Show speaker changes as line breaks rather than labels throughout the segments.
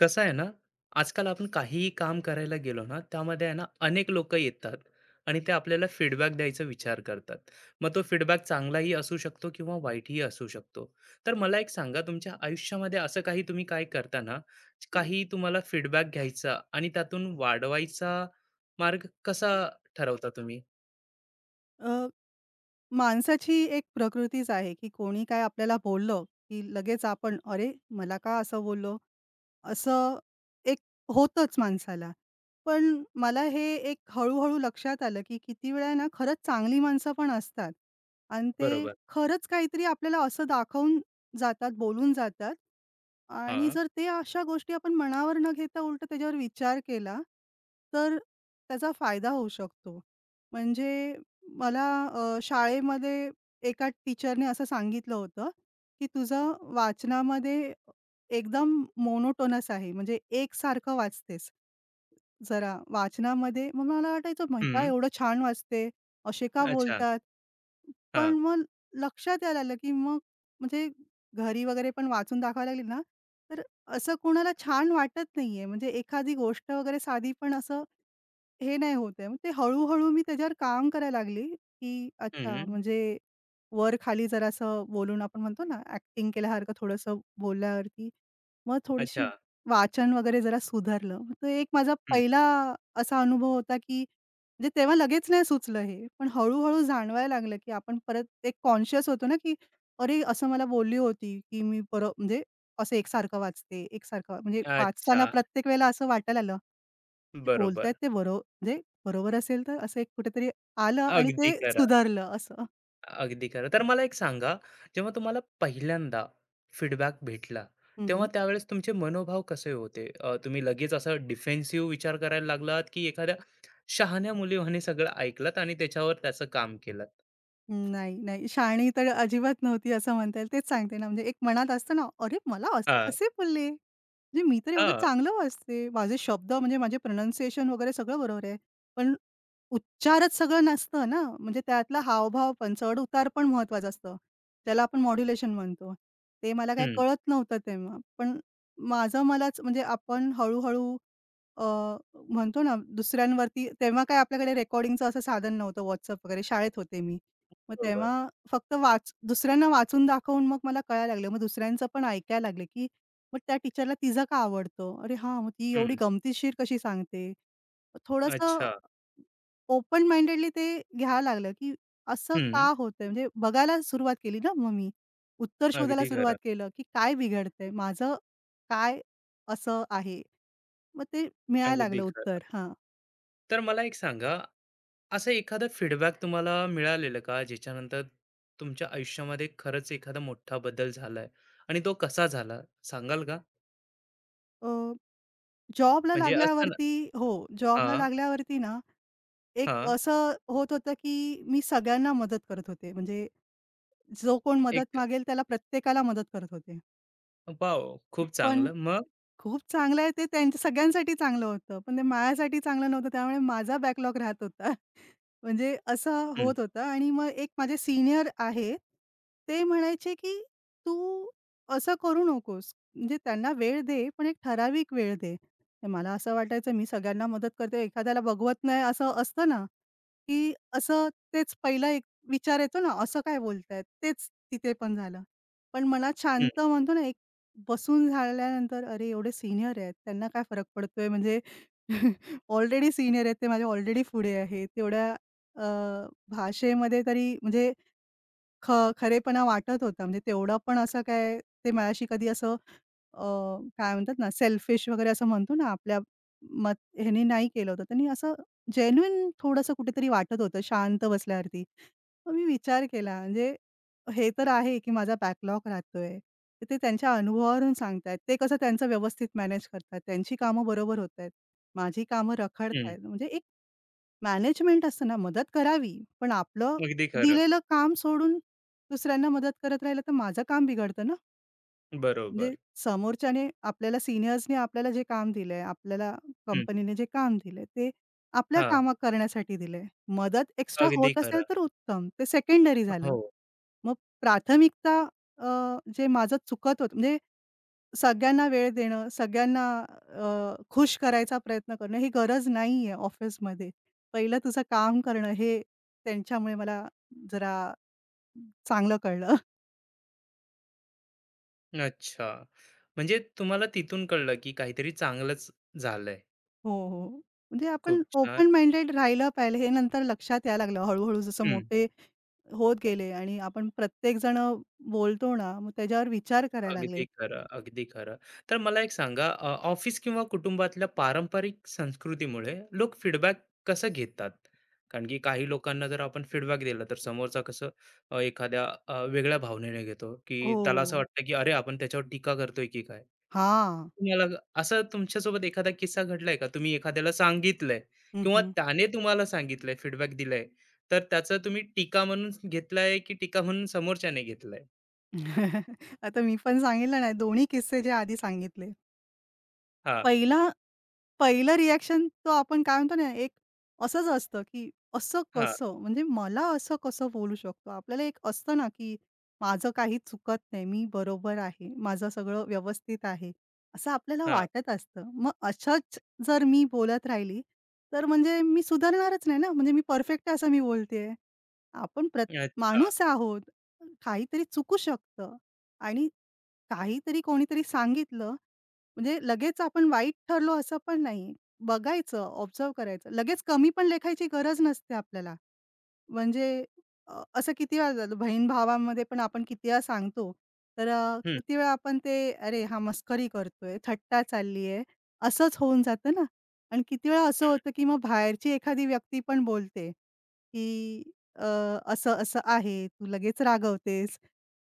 कसं आहे ना, आजकाल आपण काहीही काम करायला गेलो ना, त्यामध्ये आहे ना, अनेक लोक येतात आणि ते आपल्याला फीडबॅक द्यायचा विचार करतात. मग तो फीडबॅक चांगलाही असू शकतो किंवा वाईटही असू शकतो. तर मला एक सांगा, तुमच्या आयुष्यामध्ये असं काही तुम्ही काय करता ना, काही तुम्हाला फीडबॅक घ्यायचा आणि त्यातून वाढवायचा मार्ग कसा ठरवता तुम्ही?
अ, माणसाची एक प्रकृतीच आहे, की कोणी काय आपल्याला बोललं, की लगेच आपण, "अरे, मला का असं बोललो?" असं एक होतंच माणसाला. पण मला हे एक हळू-हळू लक्षात आलं, की किती वेळा ना खरंच चांगली माणसं पण असतात आणि ते
बरोबर.
खरंच काहीतरी आपल्याला असं दाखवून जातात, बोलून जातात. आणि
हां.
जर ते अशा गोष्टी आपण मनावर न घेता उलट त्याच्यावर विचार केला, तर त्याचा फायदा होऊ शकतो. म्हणजे मला शाळेमध्ये एका टीचरने असं सांगितलं होतं, की तुझं वाचनामध्ये एकदम मोनोटोनस आहे. म्हणजे एकसारखं वाचतेस जरा वाचनामध्ये. मग मला वाटायचं, "मग काय
हं.
एवढं छान वाचते, असे का
अच्छा.
बोलतात?" पण
हां.
मग लक्षात यायला लागलं, की मग म्हणजे घरी वगैरे पण वाचून दाखवायला लागली ना, तर असं कोणाला छान वाटत नाहीये. म्हणजे एखादी गोष्ट वगैरे साधी पण असं हे नाही होत आहे. मग ते हळू-हळू मी त्याच्यावर काम करायला लागली, की अच्छा
हं.
म्हणजे वर-खाली जरासं बोलून आपण म्हणतो ना, ॲक्टिंग केल्यासारखं थोडंसं बोलल्यावरती मग थोडीशी
अच्छा.
वाचन वगैरे जरा सुधारलं. मग तो एक माझा
हं.
पहिला असा अनुभव होता, की म्हणजे तेव्हा लगेच नाही सुचलं हे. पण हळू जाणवायला लागलं, की आपण परत एक कॉन्शियस होतो ना, की अरे असं मला बोलली होती, की मी परत म्हणजे असं एकसारखं वाचते, एकसारखं म्हणजे वाचताना
अच्छा.
प्रत्येक वेळेला असं वाटायला आलं ते बोलतायत
बरोबर.
ते बरोबर असेल, तर असं एक कुठेतरी आलं आणि
अगदी
ते
खरं.
सुधारलं असं.
अगदी खरं. तर मला एक सांगा, जेव्हा तुम्हाला पहिल्यांदा फीडबॅक भेटला,
हं,
तेव्हा
हं.
त्यावेळेस तुमचे मनोभाव कसे होते? तुम्ही लगेच असा डिफेन्सिव्ह विचार करायला लागलात, की एखाद्या शहाण्या मुलीवानी सगळं ऐकलत आणि त्याच्यावर त्याचं काम केलंत?
नाही, नाही. शहाणी तर अजिबात नव्हती असं म्हणता येईल. तेच सांगते ना, म्हणजे एक मनात असतं ना, "अरे मला असं
हां,
कसे बोलले? म्हणजे मी तर एवढं
हां.
चांगलं वाचते. माझे शब्द म्हणजे माझे प्रोनन्सिएशन वगैरे सगळं बरोबर आहे." पण उच्चारच सगळं नसतं ना, म्हणजे त्यातला हावभाव पण, चढ-उतार पण महत्त्वाचा असतो. त्याला आपण मॉड्युलेशन म्हणतो. ते मला काही
हं.
कळत नव्हतं तेव्हा. पण माझं मलाच म्हणजे आपण हळू अ, म्हणतो ना दुसऱ्यांवरती, तेव्हा काय आपल्याकडे रेकॉर्डिंगचं असं साधन नव्हतं. WhatsApp वगैरे शाळेत होते मी. मग
बरोबर.
तेव्हा फक्त वाच दुसऱ्यांना वाचून दाखवून मग मला कळायला लागलं. मग दुसऱ्यांचं पण ऐकायला लागले, की मग त्या टीचरला तिचं का आवडतं? अरे हां, मग ती एवढी
हं.
गमतीशीर कशी सांगते? थोडंसं
अच्छा.
ओपन माइंडेडली ते घ्यावं लागलं, की असं
हं.
का होतंय? म्हणजे बघायला सुरुवात केली ना मग मी. उत्तर शोधायला
अगदी
सुरुवात
खरं,
केलं, की काय बिघडतंय? माझं काय असं आहे? मग ते मिळायला
अगदी
लागलं
खरं.
उत्तर. हां.
तर मला एक सांगा असं एखादा फीडबॅक तुम्हाला मिळालेलं का ज्याच्यानंतर तुमच्या आयुष्यामध्ये खरंच एखादा मोठा बदल झालाय आणि तो कसा झाला सांगाल का?
अ, जॉबला
म्हणजे असतं ना
लागल्यावरती हो, जॉबला
हां,
लागल्यावरती ना एक
हां.
असं होत होतं, की मी सगळ्यांना मदत करत होते. म्हणजे जो कोण मदत
एक
मागेल त्याला प्रत्येकाला मदत करत होते.
वॉव! खूप
पण
चांगलं. मग?
खूप चांगलं आहे ते त्यांच्या सगळ्यांसाठी चांगलं होतं. पण ते माझ्यासाठी चांगलं नव्हतं, त्यामुळे माझा बॅकलॉग राहत होता. म्हणजे असं
हं,
होत होतं आणि मग एक माझे सीनियर आहे, ते म्हणायचे की, "तू असं करू नकोस." म्हणजे त्यांना वेळ दे, पण एक ठराविक वेळ दे. तर मला असं वाटायचं मी सगळ्यांना मदत करते, एखाद्याला बघवत नाही असं असतं ना, की असं तेच पहिला एक विचार येतो ना, "असं काय बोलतायत?" तेच तिथे पण झालं. पण मला
हं,
शांत म्हणतो ना बसून झाल्यानंतर अरे एवढे सीनियर आहेत, त्यांना काय फरक पडतोय म्हणजे ऑलरेडी सीनियर आहेत, ते माझ्या ऑलरेडी पुढे आहेत. तेवढ्या अ, भाषेमध्ये तरी म्हणजे ख खरेपणा वाटत होता. म्हणजे तेवढं पण असं काय ते माझ्याशी कधी असं अ, काय म्हणतात ना, सेल्फिश वगैरे असं म्हणतो ना, आपल्या मत ह्याने नाही केलं होतं. त्यांनी असं जेन्युइन थोडंसं कुठेतरी वाटत होतं शांत बसल्यावरती. मग मी विचार केला म्हणजे हे तर आहे, की माझा बॅकलॉग राहतोय. तर ते त्यांच्या अनुभवावरून सांगतायत. ते कसं त्यांचं व्यवस्थित मॅनेज करतात. त्यांची कामं बरोबर होतायत. माझी कामं
हं.
रखडतायत. म्हणजे मॅनेजमेंट असतं ना, मदत करावी, पण आपलं
अगदी खरं.
दिलेलं काम सोडून दुसऱ्यांना मदत करत राहिलं, तर माझं काम बिघडतं ना. म्हणजे
बरोबर.
समोरच्याने आपल्याला सीनियर्सने आपल्याला जे काम दिलंय, आपल्याला
हं.
कंपनीने जे काम दिलंय, ते आपल्या
हां.
कामं करण्यासाठी दिलंय. मदत एक्स्ट्रा
अगदी
होत असेल
खरं.
तर उत्तम, ते सेकंडरी झालं.
हो.
मग प्राथमिकता अ, जे माझं चुकत होतं म्हणजे सगळ्यांना वेळ देणं, सगळ्यांना खुश करायचा प्रयत्न करणं, ही गरज नाहीये ऑफिसमध्ये. पहिलं तुझं काम करणं हे त्यांच्यामुळे मला जरा चांगलं कळलं.
अच्छा. म्हणजे तुम्हाला तिथून कळलं की काहीतरी चांगलंच झालंय.
हो, हो. म्हणजे आपण
खूप छान.
ओपन माइंडेड राहिलं पाहिजे हे नंतर लक्षात यायला लागलं हळू-हळू जसं मोठे होत गेले आणि आपण प्रत्येक जण बोलतो ना, मग त्याच्यावर विचार करायला
अगदी
लागले.
खरं, अगदी खरं. तर मला एक सांगा ऑफिस किंवा कुटुंबातल्या पारंपरिक संस्कृतीमुळे लोक फीडबॅक कसं घेतात? कारण की काही लोकांना जर आपण फीडबॅक दिला तर समोरचा कसं एखाद्या वेगळ्या भावनेने घेतो, की त्याला असं
हो.
वाटतं, की "अरे, आपण त्याच्यावर टीका करतोय की काय?"
हां.
तुम्हाला असं तुमच्यासोबत एखादा किस्सा घडलाय का? तुम्ही एखाद्याला सांगितलंय
हं,
किंवा
हं.
त्याने तुम्हाला सांगितलंय, फीडबॅक दिलाय, तर त्याचं तुम्ही टीका म्हणून घेतलाय, की टीका म्हणून समोरच्याने घेतलाय?
आता मी पण सांगितलं ना, दोन्ही किस्से जे आधी सांगितले.
हां,
पहिला पहिलं रिएक्शन तर आपण काय म्हणतो ना, एक असंच असतं, की असं
हां,
कसं? म्हणजे मला असं कसं बोलू शकतो? आपल्याला एक असतं ना, की माझं काही चुकत नाही, मी बरोबर आहे, माझं सगळं व्यवस्थित आहे, असं आपल्याला
हां.
वाटत असतं. मग अशाच जर मी बोलत राहिली, तर म्हणजे मी सुधारणारच नाही ना, म्हणजे मी परफेक्ट असं मी बोलतेय. आपण
अच्छा.
माणूस आहोत, काहीतरी चुकू शकतं आणि काहीतरी कोणीतरी सांगितलं म्हणजे लगेच आपण वाईट ठरलो असं पण नाही. बघायचं, ऑब्झर्व्ह करायचं. लगेच कमी पण लेखायची गरज नसते आपल्याला. म्हणजे असं किती वेळा झालं बहीण-भावामध्ये पण आपण किती वेळा सांगतो, तर
हं,
किती वेळा आपण ते, "अरे हा मस्करी करतोय, थट्टा चालली आहे," असंच होऊन जातं ना. आणि किती वेळा असं
हं.
होतं, की मग बाहेरची एखादी व्यक्ती पण बोलते, की अ, "असं-असं आहे, तू लगेच रागवतेस."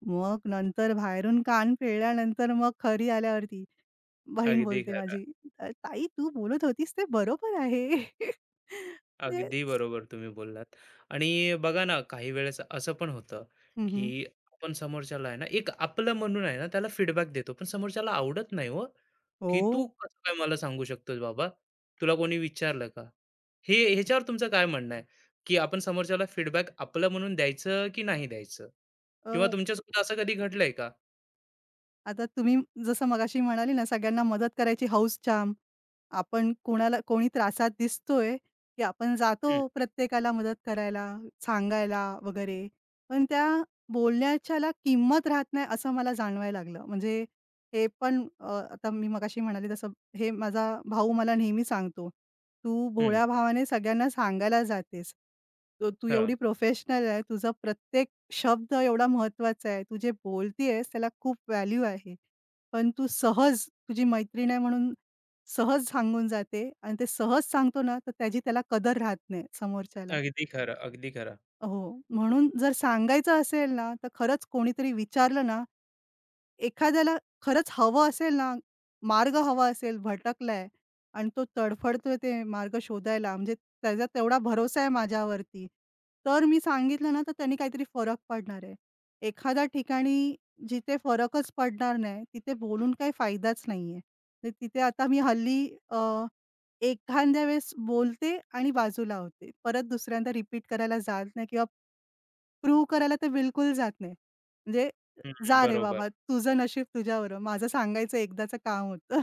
मग नंतर बाहेरून कान पिळल्यानंतर मग खरी आल्यावरती बहीण
अगदी
बोलते
खरं.
माझी, ताई तू बोलत होतीस ते बरोबर आहे." म्हणजे
अगदी बरोबर तुम्ही बोललात. आणि बघा ना, काही वेळेस असं पण होतं,
हं,
की आपण समोरच्याला आहे ना, एक आपलं म्हणून आहे ना, त्याला फीडबॅक देतो. पण समोरच्याला आवडत नाही हो,
हो.
की "तू कसं काय मला सांगू शकतोस बाबा? तुला कोणी विचारलं का?" हे ह्याच्यावर तुमचं काय म्हणणं आहे? की आपण समोरच्याला फीडबॅक आपलं म्हणून द्यायचं की नाही द्यायचं?
अ,
किंवा तुमच्यासोबत असं कधी घडलंय का?
आता तुम्ही जसं मगाशी म्हणाली ना, सगळ्यांना मदत करायची हौस, छान. आपण कोणाला कोणी त्रासात दिसतोय, की आपण जातो
हं,
प्रत्येकाला मदत करायला, सांगायला वगैरे. पण त्या बोलण्याच्याला किंमत राहत नाही असं मला जाणवायला लागलं. म्हणजे हे पण आता मी मगाशी म्हणाले तसं हे माझा भाऊ मला नेहमी सांगतो, "तू
हं.
भोळ्या भावाने सगळ्यांना सांगायला जातेस. तू तू
हां.
एवढी प्रोफेशनल आहे. तुझा प्रत्येक शब्द एवढा महत्वाचा आहे. तू जे बोलतीयेस त्याला खूप व्हॅल्यू आहे. पण तू सहज तुझी मैत्रीण आहे म्हणून सहज सांगून जाते आणि ते सहज सांगतो ना, तर त्याची त्याला कदर राहत नाही समोरच्याला."
अगदी खरं, अगदी खरं.
हो, म्हणून जर सांगायचं असेल ना, तर खरंच कोणीतरी विचारलं ना, एखाद्याला खरंच हवं असेल ना, मार्ग हवा असेल, भटकलाय आणि तो तडफडतोय ते मार्ग शोधायला, म्हणजे त्याचा तेवढा भरोसा आहे माझ्यावरती, तर मी सांगितलं ना, तर त्यांनी काहीतरी फरक पडणार आहे. एखाद्या ठिकाणी जिथे फरकच पडणार नाही, तिथे बोलून काही फायदाच नाहीये. तर तिथे आता मी हल्ली एखाद्या वेळेस बोलते आणि बाजूला होते. परत दुसऱ्यांदा रिपीट करायला जात नाही किंवा प्रूव्ह करायला तर बिलकुल जात नाही. म्हणजे
हं,
जा रे
बरोबर.
बाबा, तुझं नशीब तुझ्यावर आहे. माझं सांगायचं एकदाचं काम होतं.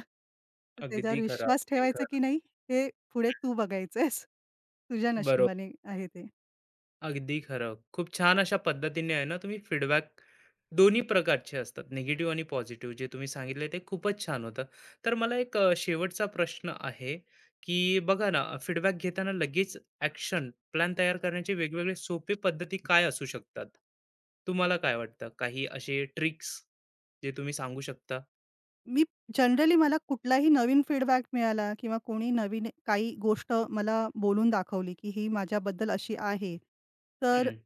तर त्याच्यावर
अगदी खरं,
विश्वास
अगदी
ठेवायचा
खरं.
की नाही हे पुढे तू बघायचं, तुझ्या
बरोबर.
नशिबाने आहे ते.
अगदी खरं. खूप छान अशा पद्धतीने आहे ना तुम्ही फीडबॅक दोन्ही प्रकारचे असतात, निगेटिव्ह आणि पॉझिटिव्ह जे तुम्ही सांगितले ते खूपच छान होतं. तर मला एक शेवटचा प्रश्न आहे, की बघा ना फीडबॅक घेताना लगेच ॲक्शन प्लॅन तयार करण्याचे वेगवेगळे सोपे पद्धती काय असू शकतात? तुम्हाला काय वाटतं? काही असे ट्रिक्स जे तुम्ही सांगू शकता?
मी जनरली मला कुठलाही नवीन फीडबॅक मिळाला किंवा कोणी नवीन काही गोष्ट मला बोलून दाखवली की ही माझ्याबद्दल अशी आहे. तर
हं,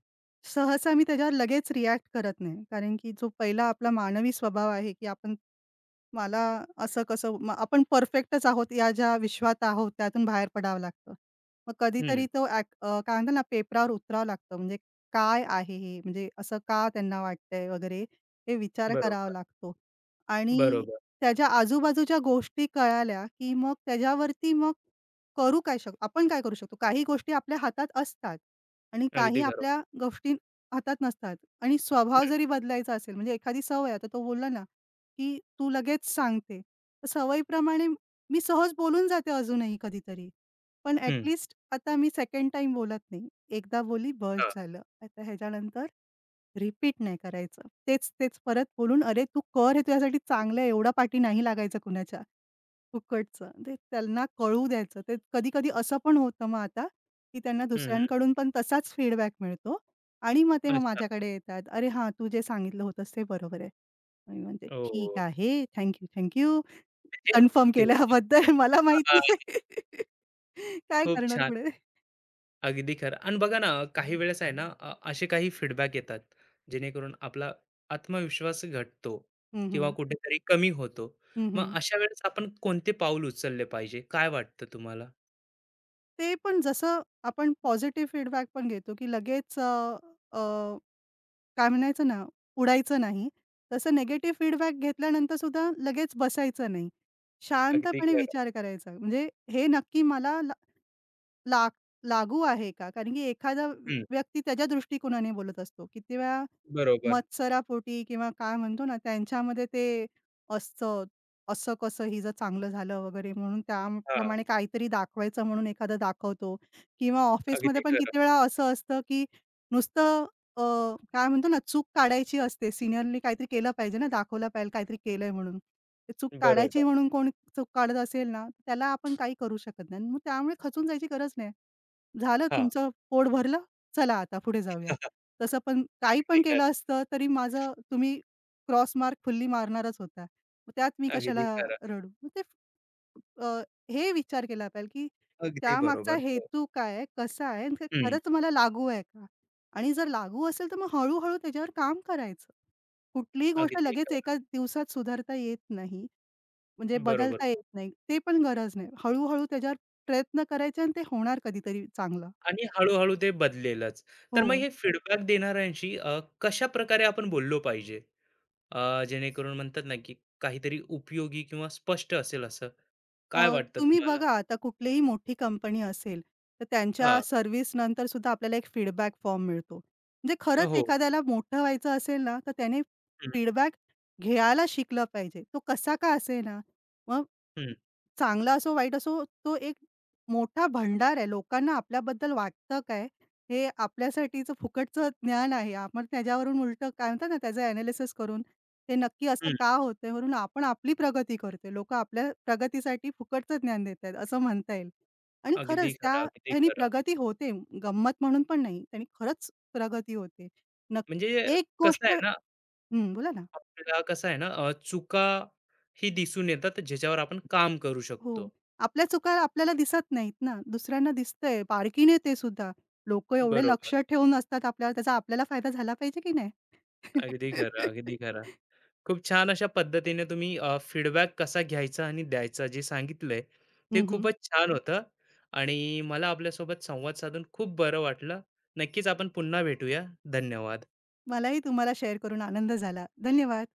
सहसा मी त्याच्यावर लगेच रिॲक्ट करत नाही. कारण की जो पहिला आपला मानवी स्वभाव आहे, की आपण मला असं कसं, मग आपण परफेक्टच आहोत या ज्या विश्वात आहोत त्यातून बाहेर पडावं लागतं. मग
हं.
कधीतरी तो काय म्हणतात ना पेपरावर उतरावं लागतं. म्हणजे काय आहे हे? म्हणजे असं का त्यांना वाटतंय वगैरे हे विचार करावा
बरोबर,
लागतो. आणि
बरोबर.
त्याच्या आजूबाजूच्या गोष्टी कळाल्या, की मग त्याच्यावरती मग करू काय शक आपण काय करू शकतो? काही गोष्टी आपल्या हातात असतात आणि काही
अगदी खरं.
आपल्या गोष्टी हातात नसतात आणि स्वभाव
हं,
जरी बदलायचा असेल म्हणजे एखादी सवय, आता तो बोलला ना की तू लगेच सांगते. तर सवयीप्रमाणे मी सहज बोलून जाते अजूनही कधीतरी. पण
हं.
ॲटलीस्ट आता मी सेकंड टाईम बोलत नाही. एकदा बोली बस
हां.
झालं. आता ह्याच्यानंतर रिपीट नाही करायचं. तेच-तेच परत बोलून, "अरे, तू कर हे तुझ्यासाठी चांगलं आहे. एवढा पाठी नाही लागायचा कुणाच्या." फुकटचं. ते त्यांना कळू द्यायचं. ते कधी-कधी असं पण होतं मग आता, की त्यांना
हं.
दुसऱ्यांकडून पण तसाच फीडबॅक मिळतो आणि मग ते मग
अच्छा.
माझ्याकडे येतात. "अरे हां, तू जे सांगितलं होतंस ते बरोबर आहे." मग मी म्हणते, "ठीक
ओह!
आहे. Thank you, thank you.
म्हणजे
कन्फर्म केल्याबद्दल मला माहिती
हां,
आहे." काय
खूप
करणार
छान.
पुढे?
अगदी खरं. आणि बघा ना, काही वेळेस आहे ना, असे काही फीडबॅक येतात, जेणेकरून आपला आत्मविश्वास घटतो
हं,
किंवा
हं.
कुठेतरी कमी होतो.
हं,
मग
हं.
अशा वेळेस आपण कोणते पाऊल उचलले पाहिजे? काय वाटतं तुम्हाला?
ते पण जसं आपण पॉझिटिव्ह फीडबॅक पण घेतो, की लगेच अ, अ काय म्हणायचं ना, उडायचं नाही. तसं निगेटिव्ह फीडबॅक घेतल्यानंतर सुद्धा लगेच बसायचं नाही.
अगदी
शांतपणे
खरं.
विचार करायचा. म्हणजे हे नक्की मला लाग लागू आहे का? कारण की एखादा
हं,
व्यक्ती त्याच्या दृष्टिकोनाने बोलत असतो. किती वेळा
बरोबर.
मत्सरापोटी किंवा काय म्हणतो ना, त्यांच्यामध्ये ते असतं, असं कसं हिचं चांगलं झालं वगैरे म्हणून
हां,
त्याप्रमाणे काहीतरी दाखवायचं म्हणून एखादा दाखवतो किंवा ऑफिसमध्ये
अगदी
पण
खरं.
किती वेळा असं असतं, की नुसतं अ, काय म्हणतो ना, चूक काढायची असते. सीनियरनी काहीतरी केलं पाहिजे ना, दाखवलं पाहिजे काहीतरी केलंय म्हणून. ते चूक काढायची
बरोबर.
म्हणून कोण चूक काढत असेल ना, त्याला आपण काही करू शकत नाही. मग त्यामुळे खचून जायची गरज नाही. झालं
हां.
तुमचं पोट भरलं, चला आता पुढे जाऊया. तसं पण काही
अगदी
पण केलं
खरं.
असतं तरी माझं तुम्ही क्रॉस मार्क फुल्ली मारणारच होता. मग त्यात मी
अगदी
कशाला
खरं.
रडू? मग ते अ, हे विचार केला पाहिजे, की
अगदी
त्यामागचा
बरोबर. हो.
हेतू काय आहे? कसा आहे? आणि ते
हं,
खरंच मला लागू आहे का? आणि जर लागू असेल तर मग हळू त्याच्यावर काम करायचं. कुठलीही गोष्ट
अगदी
लगेच
खरं.
एका दिवसात सुधारता येत नाही. म्हणजे
बरोबर.
बदलता येत नाही. ते पण गरज नाही. हळू-हळू त्याच्यावर प्रयत्न करायचे आणि ते होणार कधीतरी चांगलं.
आणि हळू-हळू ते बदलेलच. तर मग
हो.
हे फीडबॅक देणाऱ्यांशी कशा प्रकारे आपण बोललो पाहिजे? जेणेकरून म्हणतात ना, की काहीतरी उपयोगी किंवा स्पष्ट असेल असं.
अ,
काय वाटतं
तुम्ही
तुम्हाला?
बघा आता कुठलीही मोठी कंपनी असेल, तर त्यांच्या
हां.
सर्व्हिस नंतर सुद्धा आपल्याला एक फीडबॅक फॉर्म मिळतो. म्हणजे खरंच
हो.
एखाद्याला मोठं व्हायचं असेल ना, तर त्याने
हं,
फीडबॅक घ्यायला शिकलं पाहिजे. तो कसा का असेना, मग
हं,
चांगला असो, वाईट असो, तो एक मोठा भंडार आहे. लोकांना आपल्याबद्दल वाटतं काय, हे आपल्यासाठीचं फुकटचं ज्ञान आहे. आपण त्याच्यावरून उलटं काय म्हणतात ना, त्याचं एनालिसिस करून ते नक्की असं
हं.
का होतंय म्हणून आपण आपली प्रगती करतोय. लोकं आपल्या प्रगतीसाठी फुकटचं ज्ञान देत आहेत, असं म्हणता येईल. आणि
अगदी
खरंच त्या
खरं, अगदी
ह्यानी
खरं.
प्रगती होते. गंमत म्हणून पण नाही. त्यांनी खरंच प्रगती होते.
म्हणजे
एक
कसं
गोष्ट
आहे ना,
हं, बोला ना.
आपल्याला कसं आहे ना, चुका ही दिसून येतात ज्याच्यावर आपण काम करू
हो.
शकतो.
आपल्या चुका आपल्याला दिसत नाहीत ना, दुसऱ्यांना दिसतंय. बारकीने ते सुद्धा. लोकं एवढे
बरोबर.
लक्ष ठेवून असतात आपल्यावर, त्याचा आपल्याला फायदा झाला पाहिजे की नाही?
अगदी खरं, अगदी खरं. खूप छान अशा पद्धतीने तुम्ही फीडबॅक कसा घ्यायचा आणि द्यायचा जे सांगितलंय ते
हं, हं.
खूपच छान होतं आणि मला आपल्यासोबत संवाद साधून खूप बरं वाटलं. नक्कीच आपण पुन्हा भेटूया. धन्यवाद.
मलाही तुम्हाला शेअर करून आनंद झाला. धन्यवाद.